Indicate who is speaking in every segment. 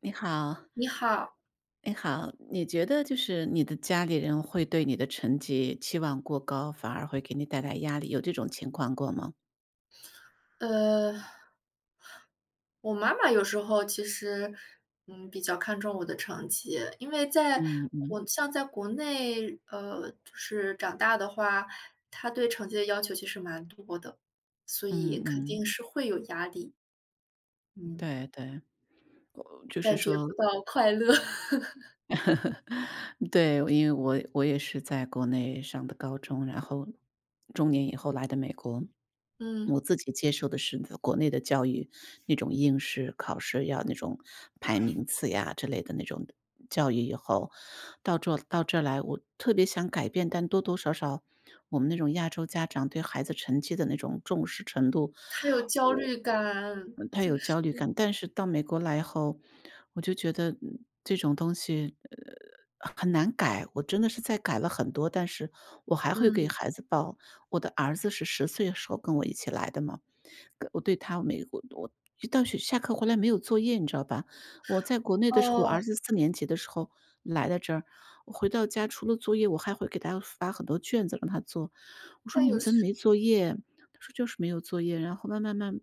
Speaker 1: 你好，
Speaker 2: 你好。
Speaker 1: 你好，你觉得就是你的家里人会对你的成绩期望过高，反而会给你带来压力，有这种情况过吗？
Speaker 2: 呃，我妈妈有时候其实，比较看重我的成绩，因为
Speaker 1: 嗯嗯
Speaker 2: 在国内，就是长大的话，她对成绩的要求其实蛮多的，所
Speaker 1: 嗯
Speaker 2: 以肯
Speaker 1: 嗯，
Speaker 2: 定是会有压力，嗯，
Speaker 1: 对对，就是
Speaker 2: 感觉
Speaker 1: 说
Speaker 2: 不到快乐。
Speaker 1: 对。因为我也是在国内上的高中，然后中年以后来的美国。
Speaker 2: 嗯，
Speaker 1: 我自己接受的是国内的教育，那种应试考试要那种排名次呀之类的那种教育。以后到这来，我特别想改变，但多多少少我们那种亚洲家长对孩子成绩的那种重视程度，
Speaker 2: 她有焦虑感，
Speaker 1: 嗯，太
Speaker 2: 就
Speaker 1: 有
Speaker 2: 是，
Speaker 1: 焦虑感。但是到美国来后，我就觉得，这种东西，很难改。我真的是在改了很多，但是我还会给
Speaker 2: 嗯，
Speaker 1: 孩子报我的儿子是十岁的时候跟我一起来的嘛，跟我对他每我我一到学下课回来没有作业，你知道吧？我在国内的时候，我儿
Speaker 2: 哦，
Speaker 1: 子四年级的时候来到这儿，我回到家除了作业，我还会给他发很多卷子让他做。我说：
Speaker 2: 她
Speaker 1: “你们
Speaker 2: 有
Speaker 1: 怎么
Speaker 2: 时
Speaker 1: 没作业？”他说：“就是没有作业。”然后慢慢慢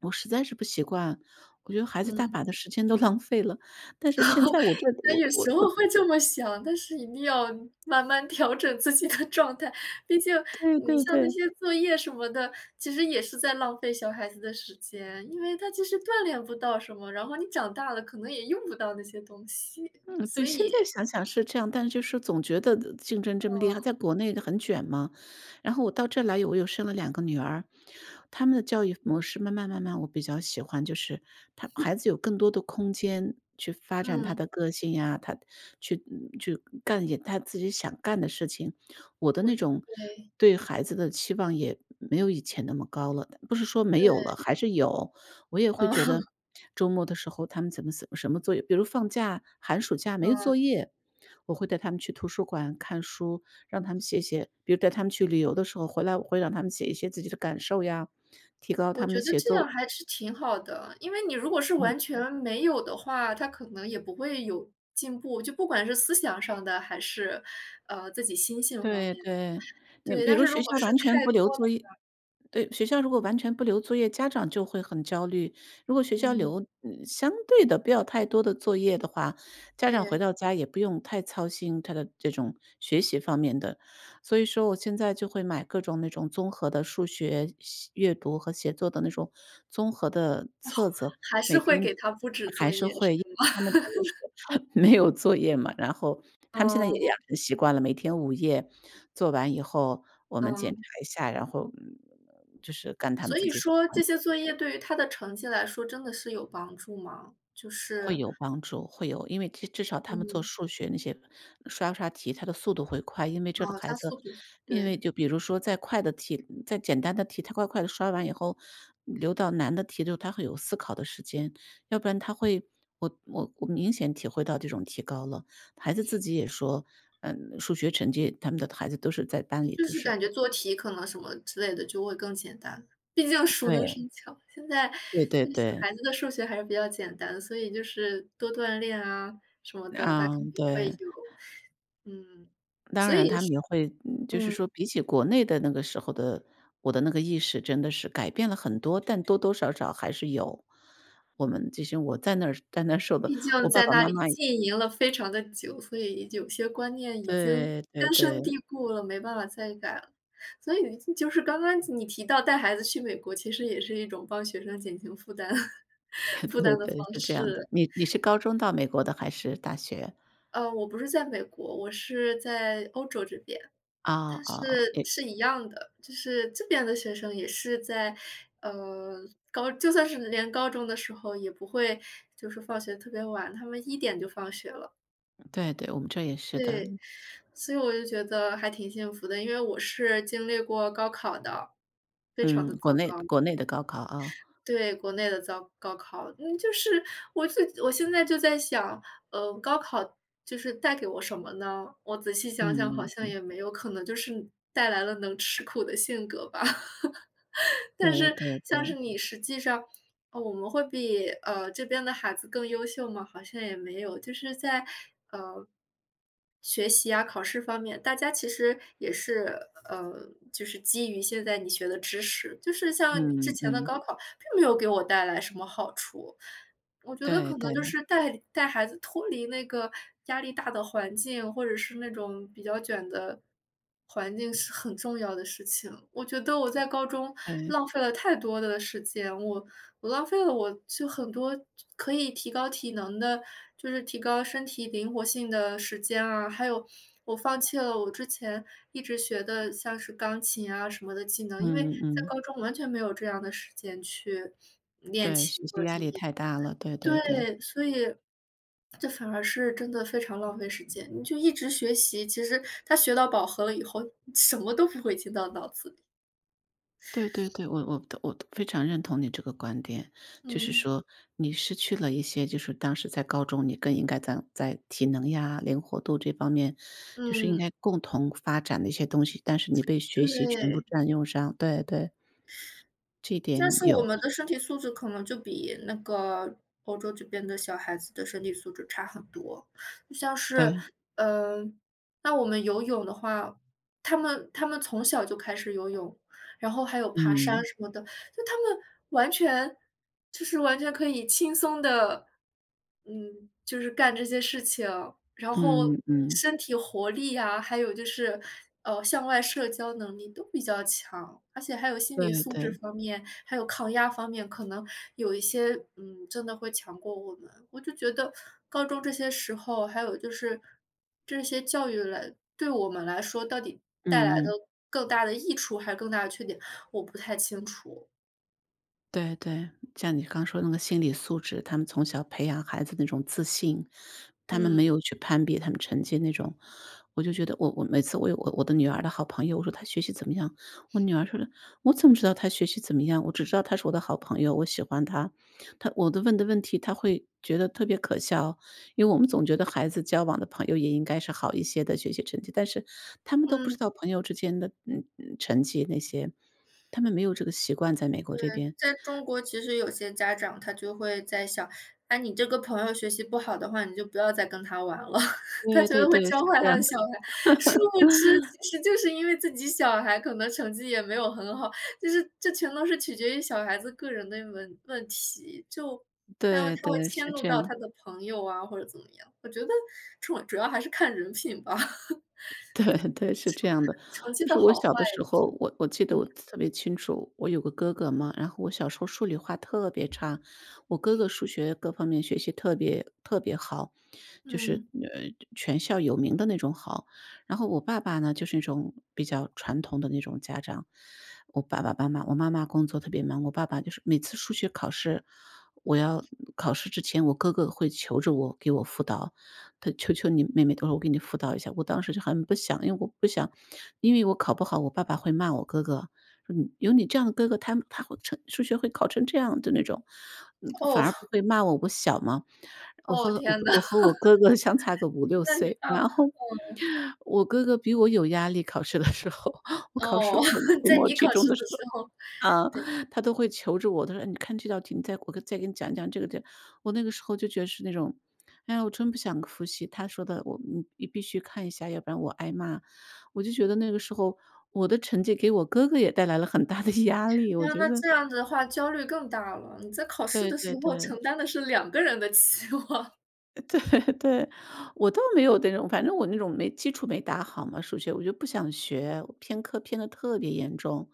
Speaker 1: 我实在是不习惯，我觉得孩子大
Speaker 2: 嗯。
Speaker 1: 把的时间都 浪费了。但是现在我这
Speaker 2: 那
Speaker 1: 我
Speaker 2: 有
Speaker 1: 我
Speaker 2: 时
Speaker 1: 我
Speaker 2: 候会这么想，但是一定要慢慢调整自己的 状态。毕竟
Speaker 1: 对，对
Speaker 2: 你
Speaker 1: 不
Speaker 2: 像那
Speaker 1: 对。
Speaker 2: 些作业什么的，其实也是在浪费小孩子的时间，因为他其实锻炼不到什么，然后你长大了可能也用不到那些东西。
Speaker 1: 嗯，
Speaker 2: 所
Speaker 1: 对，现
Speaker 2: 以，
Speaker 1: 在想想是这样，但是就是总觉得竞争这么厉害，在国内很卷嘛。然后我到这来我又生了两个女儿，他们的教育模式慢慢慢慢，我比较喜欢，就是他孩子有更多的空间去发展
Speaker 2: 嗯
Speaker 1: 他
Speaker 2: 嗯，
Speaker 1: 的个性呀，他去干一些她自己想干的事情。我的
Speaker 2: 我
Speaker 1: 那
Speaker 2: 觉
Speaker 1: 种
Speaker 2: 对
Speaker 1: 对孩子的期望也没有以前那么高了，不是说没
Speaker 2: 对，
Speaker 1: 有了，还是有。我也会
Speaker 2: 嗯
Speaker 1: 觉得周末的时候他们怎么什么作业，比如放假、寒暑假 没
Speaker 2: 嗯，
Speaker 1: 作业，我会带他们去图书馆看书，让他们写写，比如带他们去旅游的时候，回来我会让他们写一些自己的感受呀，提高
Speaker 2: 我
Speaker 1: 他们
Speaker 2: 觉
Speaker 1: 的
Speaker 2: 得
Speaker 1: 写
Speaker 2: 这样
Speaker 1: 作。
Speaker 2: 还是挺好的。因为你如果是
Speaker 1: 嗯，
Speaker 2: 完全没有的话，他可能也不会有进步，就不管是思想上的还是，自己心性方
Speaker 1: 对
Speaker 2: 面。
Speaker 1: 对，你
Speaker 2: 对，
Speaker 1: 比
Speaker 2: 但
Speaker 1: 如
Speaker 2: 是如
Speaker 1: 学
Speaker 2: 果
Speaker 1: 校
Speaker 2: 是
Speaker 1: 完全
Speaker 2: 太
Speaker 1: 不
Speaker 2: 多
Speaker 1: 留作
Speaker 2: 的
Speaker 1: 业。对，学校如果完全不留作业，家长就会很焦虑。如果学校
Speaker 2: 嗯，
Speaker 1: 留，相对的不要太多的作业的话，家长回
Speaker 2: 对，
Speaker 1: 到家也不用太操心他的这种学习方面的。所以说我现在就会买各种那种综合的数学、阅读和写作的那种综合的册子，
Speaker 2: 还
Speaker 1: 每
Speaker 2: 是会
Speaker 1: 天
Speaker 2: 给他布置
Speaker 1: 还
Speaker 2: 作
Speaker 1: 是
Speaker 2: 业是
Speaker 1: 会。他们真的是 没有作业嘛，然后
Speaker 2: 吧？
Speaker 1: 他们现在
Speaker 2: 哦，
Speaker 1: 也养成习惯了，每天午夜做完以后，我们检查
Speaker 2: 嗯，
Speaker 1: 一下。然后，就是干他们
Speaker 2: 所
Speaker 1: 自
Speaker 2: 以
Speaker 1: 己喜
Speaker 2: 说
Speaker 1: 欢。
Speaker 2: 这些作业对于他的成绩来说真的是有帮助吗？就
Speaker 1: 会
Speaker 2: 是
Speaker 1: 有帮助，会有。因为至少他们做
Speaker 2: 嗯，
Speaker 1: 数学那些刷刷题，他的速度会快。因为
Speaker 2: 哦，
Speaker 1: 这个孩
Speaker 2: 他
Speaker 1: 子，
Speaker 2: 速度
Speaker 1: 因为
Speaker 2: 对，
Speaker 1: 就比如说在快的题、在简单的题，他快快的刷完以后，留到难的题的时候，他会有思考的时间，要不然他会。我明显体会到这种提高了。孩子自己也说，数学成绩他们的孩子都是在班里
Speaker 2: 就
Speaker 1: 就
Speaker 2: 是
Speaker 1: 是。
Speaker 2: 感觉做题可能什么之类的就会更简单，毕竟熟能
Speaker 1: 对，
Speaker 2: 生巧。现在
Speaker 1: 对对
Speaker 2: 这个小
Speaker 1: 对，
Speaker 2: 孩子的数学还是比较简单，所以就是多锻炼啊什么的，他肯
Speaker 1: 嗯，
Speaker 2: 定会
Speaker 1: 对。
Speaker 2: 有嗯，
Speaker 1: 当
Speaker 2: 所
Speaker 1: 然
Speaker 2: 以
Speaker 1: 他们
Speaker 2: 是
Speaker 1: 也会。就是
Speaker 2: 嗯。
Speaker 1: 说比起国内的那个时候的，我的那个意识真的是改变了很多，但多多少少还是有。我们这些我在那儿受的，
Speaker 2: 毕
Speaker 1: 我
Speaker 2: 竟
Speaker 1: 爸
Speaker 2: 在
Speaker 1: 爸
Speaker 2: 那
Speaker 1: 妈
Speaker 2: 里
Speaker 1: 妈
Speaker 2: 浸淫了非常的久，所以有些观念已经
Speaker 1: 对对
Speaker 2: 根深
Speaker 1: 对。
Speaker 2: 蒂固了，没办法再改了。所以就是刚刚你提到带孩子去美国，其实也是一种帮学生减轻负担 负
Speaker 1: 对
Speaker 2: 担的方
Speaker 1: 对，是这样的。
Speaker 2: 式。
Speaker 1: 你是高中到美国的还是大学？
Speaker 2: 我不是在美国，我是在欧洲这边，
Speaker 1: 啊？
Speaker 2: 但
Speaker 1: 哦，
Speaker 2: 是
Speaker 1: 也
Speaker 2: 是一样的，就是这边的学生也是在，呃，高就算是连高中的时候也不会就是放学特别晚，他们一点就放学了。
Speaker 1: 对对，我们这也是的。
Speaker 2: 对，所以我就觉得还挺幸福的，因为我是经历过高考的，非常
Speaker 1: 嗯，
Speaker 2: 的
Speaker 1: 国
Speaker 2: 糟
Speaker 1: 内
Speaker 2: 糕。
Speaker 1: 国内的高考啊，
Speaker 2: 对，国内的高考，嗯，就是我现在就在想，高考就是带给我什么呢？我仔细想想，好
Speaker 1: 嗯，
Speaker 2: 像也没有，可能就是带来了能吃苦的性格吧。但
Speaker 1: 对
Speaker 2: 是
Speaker 1: 对
Speaker 2: 像是
Speaker 1: 对，
Speaker 2: 你实际上，我们会比这边的孩子更优秀吗？好像也没有，就是在呃学习啊、考试方面，大家其实也是就是基于现在你学的知识，就是像你之
Speaker 1: 嗯
Speaker 2: 前的
Speaker 1: 嗯，
Speaker 2: 高考并没有给我带来什么好处。我觉得
Speaker 1: 对
Speaker 2: 可能
Speaker 1: 对
Speaker 2: 就是带孩子脱离那个压力大的环境，或者是那种比较卷的环境是很重要的事情。我觉得我在高中
Speaker 1: 对，
Speaker 2: 浪费了太多的时间，我浪费了我就很多可以提高体能的，就是提高身体灵活性的时间啊，还有我放弃了我之前一直学的像是钢琴啊什么的技能，因为
Speaker 1: 嗯
Speaker 2: 在
Speaker 1: 嗯。
Speaker 2: 高中完全没有这样的时间去练
Speaker 1: 对，
Speaker 2: 琴
Speaker 1: 学
Speaker 2: 或
Speaker 1: 习
Speaker 2: 者
Speaker 1: 压
Speaker 2: 怎么
Speaker 1: 力
Speaker 2: 的。
Speaker 1: 太大了，对对对，
Speaker 2: 对，所以这反而是真的非常浪费时间。你就一直学习，其实他学到饱和了以后，什么都不会进到脑子里。
Speaker 1: 对对对。我非常认同你这个观点，就是
Speaker 2: 嗯，
Speaker 1: 说你失去了一些，就是当时在高中，你更应该在体能呀、灵活度这方面，就是应
Speaker 2: 嗯，
Speaker 1: 该共同发展的一些东西，但是你被学习全部
Speaker 2: 对。
Speaker 1: 占用上。对对，这一
Speaker 2: 但
Speaker 1: 点
Speaker 2: 是我
Speaker 1: 有，
Speaker 2: 们的身体素质可能就比那个欧洲这边的小孩子的身体素质差很多，就像是，
Speaker 1: 对，
Speaker 2: 呃，那我们游泳的话，他们从小就开始游泳，然后还有爬山
Speaker 1: 嗯
Speaker 2: 什么的，就他们完全就是完全可以轻松的，嗯，就是干这些事情，然后
Speaker 1: 嗯嗯，
Speaker 2: 身体活力啊，还有就是，向外社交能力都比较强，而且还有心理
Speaker 1: 对
Speaker 2: 素
Speaker 1: 对，
Speaker 2: 质方面，还有抗压方面，可能有一些，嗯，真的会强过我们。我就觉得高中这些时候，还有就是这些教育来对我们来说，到底带来的
Speaker 1: 嗯嗯。
Speaker 2: 更大的益处还是更大的缺点，我不太清楚。
Speaker 1: 对对，像你刚说那个心理素质，他们从小培养孩子那种自信，他们没
Speaker 2: 嗯
Speaker 1: 有去攀比他们成绩那种。我就觉得我每次我的女儿的好朋友，我说她学习怎么样？我女儿说的，我怎么知道她学习怎么样？我只知道她是我的好朋友，我喜欢她。她我的问的问题，她会觉得特别可笑。因为我们总觉得孩子交往的朋友也应该是好一些的学习成绩，但是他们都不知
Speaker 2: 嗯，
Speaker 1: 道朋友之间的成绩那些。他们没有这个习惯，在美国这边，
Speaker 2: 在中国其实有些家长他就会在想，哎，你这个朋友学习不好的话，你就不要再跟他玩了，他
Speaker 1: 对
Speaker 2: 觉
Speaker 1: 对
Speaker 2: 得
Speaker 1: 对，
Speaker 2: 会教
Speaker 1: 是
Speaker 2: 坏
Speaker 1: 这
Speaker 2: 他
Speaker 1: 样
Speaker 2: 的
Speaker 1: 的，
Speaker 2: 小孩。殊不知，其实就是因为自己小孩可能成绩也没有很好，就是这全都是取决于小孩子个人的问题，就他会
Speaker 1: 对
Speaker 2: 他会
Speaker 1: 对，
Speaker 2: 迁
Speaker 1: 是
Speaker 2: 怒
Speaker 1: 这
Speaker 2: 到
Speaker 1: 样，
Speaker 2: 他的朋友啊，或者怎么样。我觉得主要还是看人品吧，
Speaker 1: 对对，是这样的。
Speaker 2: 成绩
Speaker 1: 就是
Speaker 2: 的
Speaker 1: 我
Speaker 2: 好坏
Speaker 1: 小的时
Speaker 2: 也是
Speaker 1: 候，我记得我特别清楚，我有个哥哥嘛。然后我小时候数理化特别差，我哥哥数学各方面学习特别特别好，就是
Speaker 2: 嗯，
Speaker 1: 全校有名的那种好。然后我爸爸呢，就是那种比较传统的那种家长。我妈妈工作特别忙，我爸爸就是每次数学考试，我要考试之前，我哥哥会求着我给我辅导。他求求你妹妹，他说我给你辅导一下。我当时就很不想，因为我不想，因为我考不好，我爸爸会骂我哥哥，说你有你这样的哥哥，他会成数学会考成这样的那种。反
Speaker 2: 哦
Speaker 1: 而不会骂我，我小嘛。
Speaker 2: 哦，天呐，
Speaker 1: 我和 我哥哥 相差个五六
Speaker 2: 那你
Speaker 1: 岁。
Speaker 2: 爸
Speaker 1: 然后我哥哥比我有压力，考试的时候，我考试
Speaker 2: 哦，
Speaker 1: 考 期
Speaker 2: 在
Speaker 1: 末、
Speaker 2: 你
Speaker 1: 期
Speaker 2: 考
Speaker 1: 中
Speaker 2: 试
Speaker 1: 的时
Speaker 2: 的
Speaker 1: 候。
Speaker 2: 时候，
Speaker 1: 啊，他都会求着我，他说：“哎，你看这道题，我再给你讲讲这个这。”我那个时候就觉得是那种，哎呀，我真不想复习，他说的我你必须看一下，要不然我挨骂。我就觉得那个时候我的成绩给我哥哥也带来了很大的压力，我
Speaker 2: 那
Speaker 1: 觉
Speaker 2: 那
Speaker 1: 得。
Speaker 2: 这样子的话焦虑更大了，你在考试
Speaker 1: 对
Speaker 2: 的时
Speaker 1: 对
Speaker 2: 候
Speaker 1: 对。
Speaker 2: 承担的是两个人的期望。
Speaker 1: 对对，我倒没有那种。反正我那种没基础没打好嘛，数学我就不想学，我偏科偏的特别严重。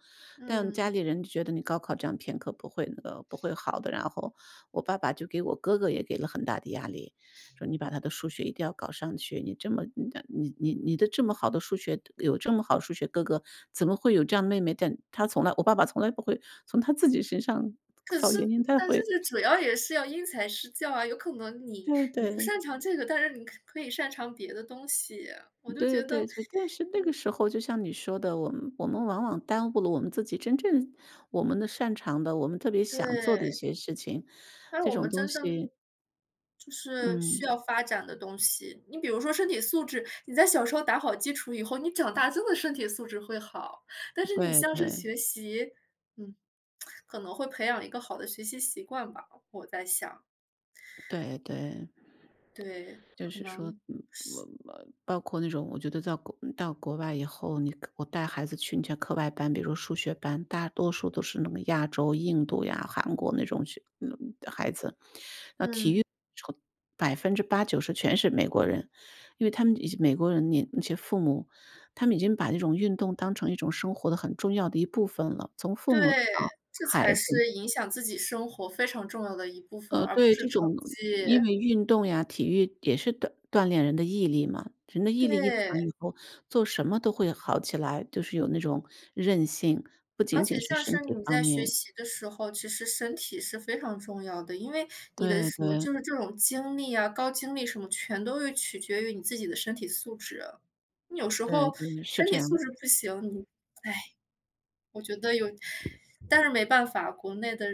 Speaker 1: 但家
Speaker 2: 嗯，
Speaker 1: 里人就觉得你高考这样偏科不会好的。然后我爸爸就给我哥哥也给了很大的压力，说你把他的数学一定要搞上去，你这么好的数学，有这么好的数学哥哥，怎么会有这样的妹妹？但他从来我爸爸从来不会从他自己身上
Speaker 2: 可
Speaker 1: 找
Speaker 2: 是
Speaker 1: 原因，
Speaker 2: 但是这主要也是要因材施教啊，有可能你
Speaker 1: 对
Speaker 2: 你不
Speaker 1: 对。
Speaker 2: 擅长这个，但是你可以擅长别的东西，我就
Speaker 1: 对
Speaker 2: 觉得
Speaker 1: 对，对，但是那个时候就像你说的，我们往往耽误了我们自己真正我们的擅长的，我们特别想做的一
Speaker 2: 对。
Speaker 1: 些事情，
Speaker 2: 但是
Speaker 1: 这
Speaker 2: 我
Speaker 1: 种
Speaker 2: 们
Speaker 1: 东
Speaker 2: 真正
Speaker 1: 西。
Speaker 2: 就是
Speaker 1: 嗯，
Speaker 2: 需要发展的东西，你比如说身体素质，你在小时候打好基础以后，你长大真的身体素质会好。但是你
Speaker 1: 对
Speaker 2: 像是
Speaker 1: 对
Speaker 2: 学习，嗯，可能会培养一个好的学习习惯吧，我在想。
Speaker 1: 对对。
Speaker 2: 对，
Speaker 1: 就
Speaker 2: 可
Speaker 1: 是说，
Speaker 2: 能，
Speaker 1: 我包括那种，我觉得到国嗯到国外以后，我带孩子去你些课外班，比如数学班，大多数都是那个亚洲、印度呀、韩国那种孩子，那体育
Speaker 2: 嗯，
Speaker 1: 从百分之八九十全是美国人。因为他们已经美国人，你那些父母，他们已经把那种运动当成一种生活的很重要的一部分了，从父
Speaker 2: 对，
Speaker 1: 母到
Speaker 2: 这
Speaker 1: 孩
Speaker 2: 才
Speaker 1: 子。
Speaker 2: 是影响自己生活非常重要的一部分，而不
Speaker 1: 对，
Speaker 2: 是
Speaker 1: 这
Speaker 2: 成
Speaker 1: 种因
Speaker 2: 绩。
Speaker 1: 为运动呀、体育也是锻炼人的毅力嘛，人的毅力一强
Speaker 2: 对。
Speaker 1: 以后，做什么都会好起来，就是有那种韧性，不
Speaker 2: 而
Speaker 1: 仅仅
Speaker 2: 且
Speaker 1: 是
Speaker 2: 像
Speaker 1: 身
Speaker 2: 是
Speaker 1: 体
Speaker 2: 你
Speaker 1: 方
Speaker 2: 在学
Speaker 1: 面。
Speaker 2: 习的时候，其实身体是非常重要的，因为你的
Speaker 1: 对
Speaker 2: 什么
Speaker 1: 对，
Speaker 2: 就是这种精力啊、高精力什么，全都是取决于你自己的身体素质。你有时
Speaker 1: 对
Speaker 2: 候
Speaker 1: 对，是
Speaker 2: 身
Speaker 1: 这
Speaker 2: 体素
Speaker 1: 样，
Speaker 2: 质不行，你，哎，我觉得有，但是没办法，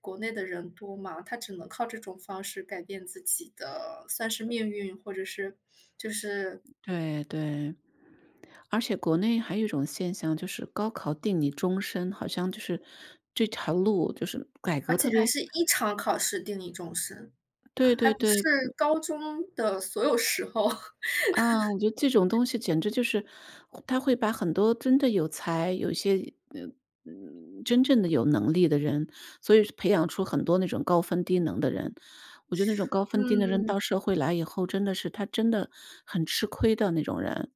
Speaker 2: 国内的人多嘛，他只能靠这种方式改变自己的，算是命运，或者是就是，
Speaker 1: 对对。而且国内还有一种现象，就是高考定你终身，好像就是这条路就是改
Speaker 2: 而
Speaker 1: 革
Speaker 2: 且
Speaker 1: 特
Speaker 2: 还
Speaker 1: 别
Speaker 2: 是一场考试定义终身，
Speaker 1: 对
Speaker 2: 还
Speaker 1: 对
Speaker 2: 不是
Speaker 1: 对。
Speaker 2: 高中的所有时候。
Speaker 1: 啊，我觉得这种东西简直就是，他会把很多真的有才，有一些呃，真正的有能力的人，所以培养出很多那种高分低能的人。我觉得那种高分低能的人
Speaker 2: 嗯，
Speaker 1: 到社会来以后，真的是他真的很吃亏的那种人。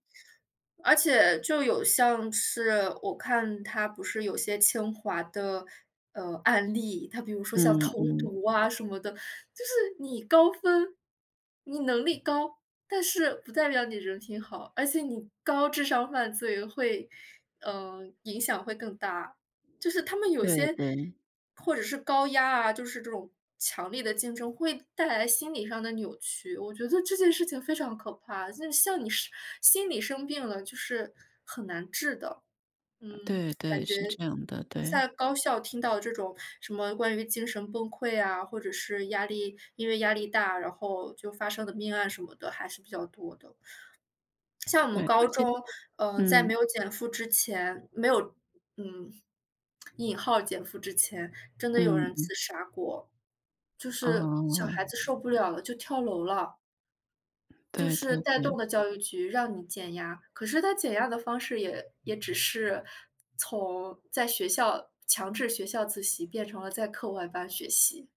Speaker 2: 而且就有像是我看他不是有些清华的，案例，他比如说像
Speaker 1: 嗯
Speaker 2: 投
Speaker 1: 嗯，
Speaker 2: 毒啊什么的，就是你高分，你能力高，但是不代表你人品好，而且你高智商犯罪会，嗯，影响会更大。就是他们有
Speaker 1: 对
Speaker 2: 些
Speaker 1: 对
Speaker 2: 或者是高压啊，就是这种强烈的竞争会带来心理上的扭曲，我觉得这件事情非常可怕，就是像你是心理生病了，就是很难治的。嗯，
Speaker 1: 对
Speaker 2: 感
Speaker 1: 对，
Speaker 2: 觉
Speaker 1: 是这样的，对
Speaker 2: 在高校听到这种什么关于精神崩溃啊，或者是压力因为压力大，然后就发生的命案什么的还是比较多的。像我
Speaker 1: 对，
Speaker 2: 们
Speaker 1: 而
Speaker 2: 高
Speaker 1: 且
Speaker 2: 中，嗯，在没
Speaker 1: 嗯
Speaker 2: 有减负之前，没有嗯，引号减负之前，真的有人
Speaker 1: 嗯，
Speaker 2: 自杀过，就是小
Speaker 1: 哦，
Speaker 2: 孩子受不了了就跳楼了。就
Speaker 1: 对
Speaker 2: 是
Speaker 1: 对
Speaker 2: 带
Speaker 1: 对，
Speaker 2: 动的教育局让你减压，可是他减压的方式也只是从在学校强制学校自习变成了在课外班学习，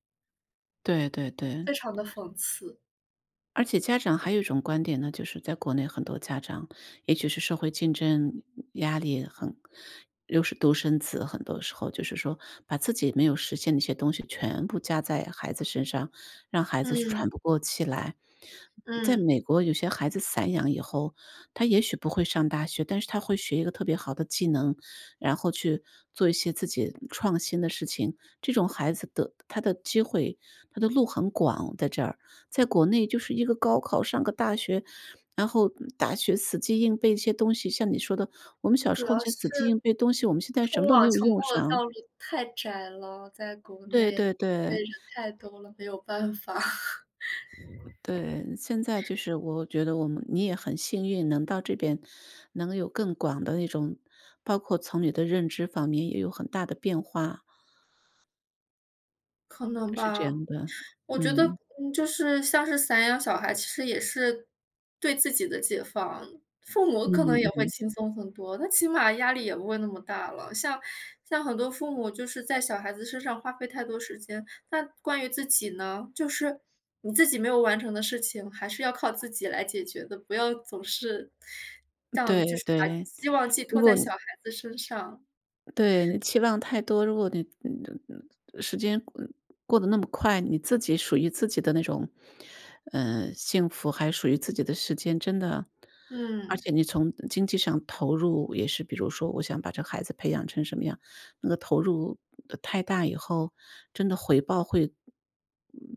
Speaker 1: 对对对。
Speaker 2: 非常的讽刺。
Speaker 1: 而且家长还有一种观点呢，就是在国内很多家长，也许是社会竞争压力很又是独生子，很多时候就是说把自己没有实现的一些东西全部加在孩子身上，让孩子
Speaker 2: 嗯，
Speaker 1: 喘不过气来。在
Speaker 2: 嗯。
Speaker 1: 美国，有些孩子散养以后，他也许不会上大学，但是他会学一个特别好的技能，然后去做一些自己创新的事情。这种孩子的他的机会，他的路很广，在这儿。在国内就是一个高考，上个大学，然后大学死记硬背一些东西，像你说的，我们小
Speaker 2: 主
Speaker 1: 时候
Speaker 2: 要
Speaker 1: 这些死记
Speaker 2: 是
Speaker 1: 硬背东西，我们现在什么
Speaker 2: 通
Speaker 1: 都
Speaker 2: 往
Speaker 1: 没有
Speaker 2: 成功
Speaker 1: 用
Speaker 2: 的
Speaker 1: 上。
Speaker 2: 道路太窄了，在国
Speaker 1: 对
Speaker 2: 内，
Speaker 1: 对
Speaker 2: 因为
Speaker 1: 对，
Speaker 2: 人太多了，没有办法。
Speaker 1: 对，现在就是我觉得你也很幸运，能到这边，能有更广的那种，包括从你的认知方面也有很大的变化，
Speaker 2: 可能
Speaker 1: 是这
Speaker 2: 吧。
Speaker 1: 样的。
Speaker 2: 我觉得，
Speaker 1: 嗯，
Speaker 2: 嗯，就是像是散养小孩，其实也是对自己的解放。父母可能
Speaker 1: 嗯
Speaker 2: 也会
Speaker 1: 嗯，
Speaker 2: 轻松很多，他起码压力也不会那么大了。像很多父母就是在小孩子身上花费太多时间，那关于自己呢，就是你自己没有完成的事情，还是要靠自己来解决的，不要总是让就
Speaker 1: 对
Speaker 2: 是把
Speaker 1: 对，
Speaker 2: 希望寄
Speaker 1: 如
Speaker 2: 托
Speaker 1: 果
Speaker 2: 在
Speaker 1: 你
Speaker 2: 小孩子身上。
Speaker 1: 对，你期望太多。如果你时间过得那么快，你自己属于自己的那种，幸福还属于自己的时间，真的。而
Speaker 2: 嗯，
Speaker 1: 且你从经济上投入也是，比如说我想把这孩子培养成什么样，那个投入太大以后，真的回报会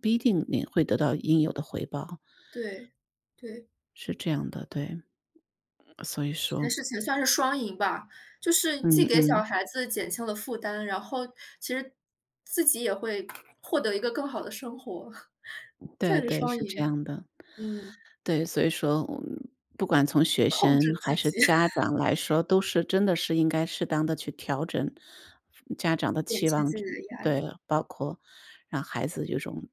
Speaker 1: 不一定你会得到应有的回报，
Speaker 2: 对，对。
Speaker 1: 是这样的，对。所以
Speaker 2: 这
Speaker 1: 说
Speaker 2: 件事情算是双赢吧，就是既
Speaker 1: 嗯
Speaker 2: 给
Speaker 1: 嗯，
Speaker 2: 小孩子减轻了负担，然后其实自己也会获得一个更好的生活，
Speaker 1: 对
Speaker 2: 算是
Speaker 1: 对，
Speaker 2: 双
Speaker 1: 是这
Speaker 2: 赢。
Speaker 1: 样的。
Speaker 2: 嗯，
Speaker 1: 对，所以说，不管从学
Speaker 2: 控
Speaker 1: 生
Speaker 2: 制
Speaker 1: 还
Speaker 2: 自
Speaker 1: 是
Speaker 2: 己，
Speaker 1: 家长来说，都是真的是应该适当的去调整家长的
Speaker 2: 减
Speaker 1: 期
Speaker 2: 轻
Speaker 1: 望，
Speaker 2: 自
Speaker 1: 嗯，
Speaker 2: 己的压
Speaker 1: 对，
Speaker 2: 力。
Speaker 1: 包括让孩子有种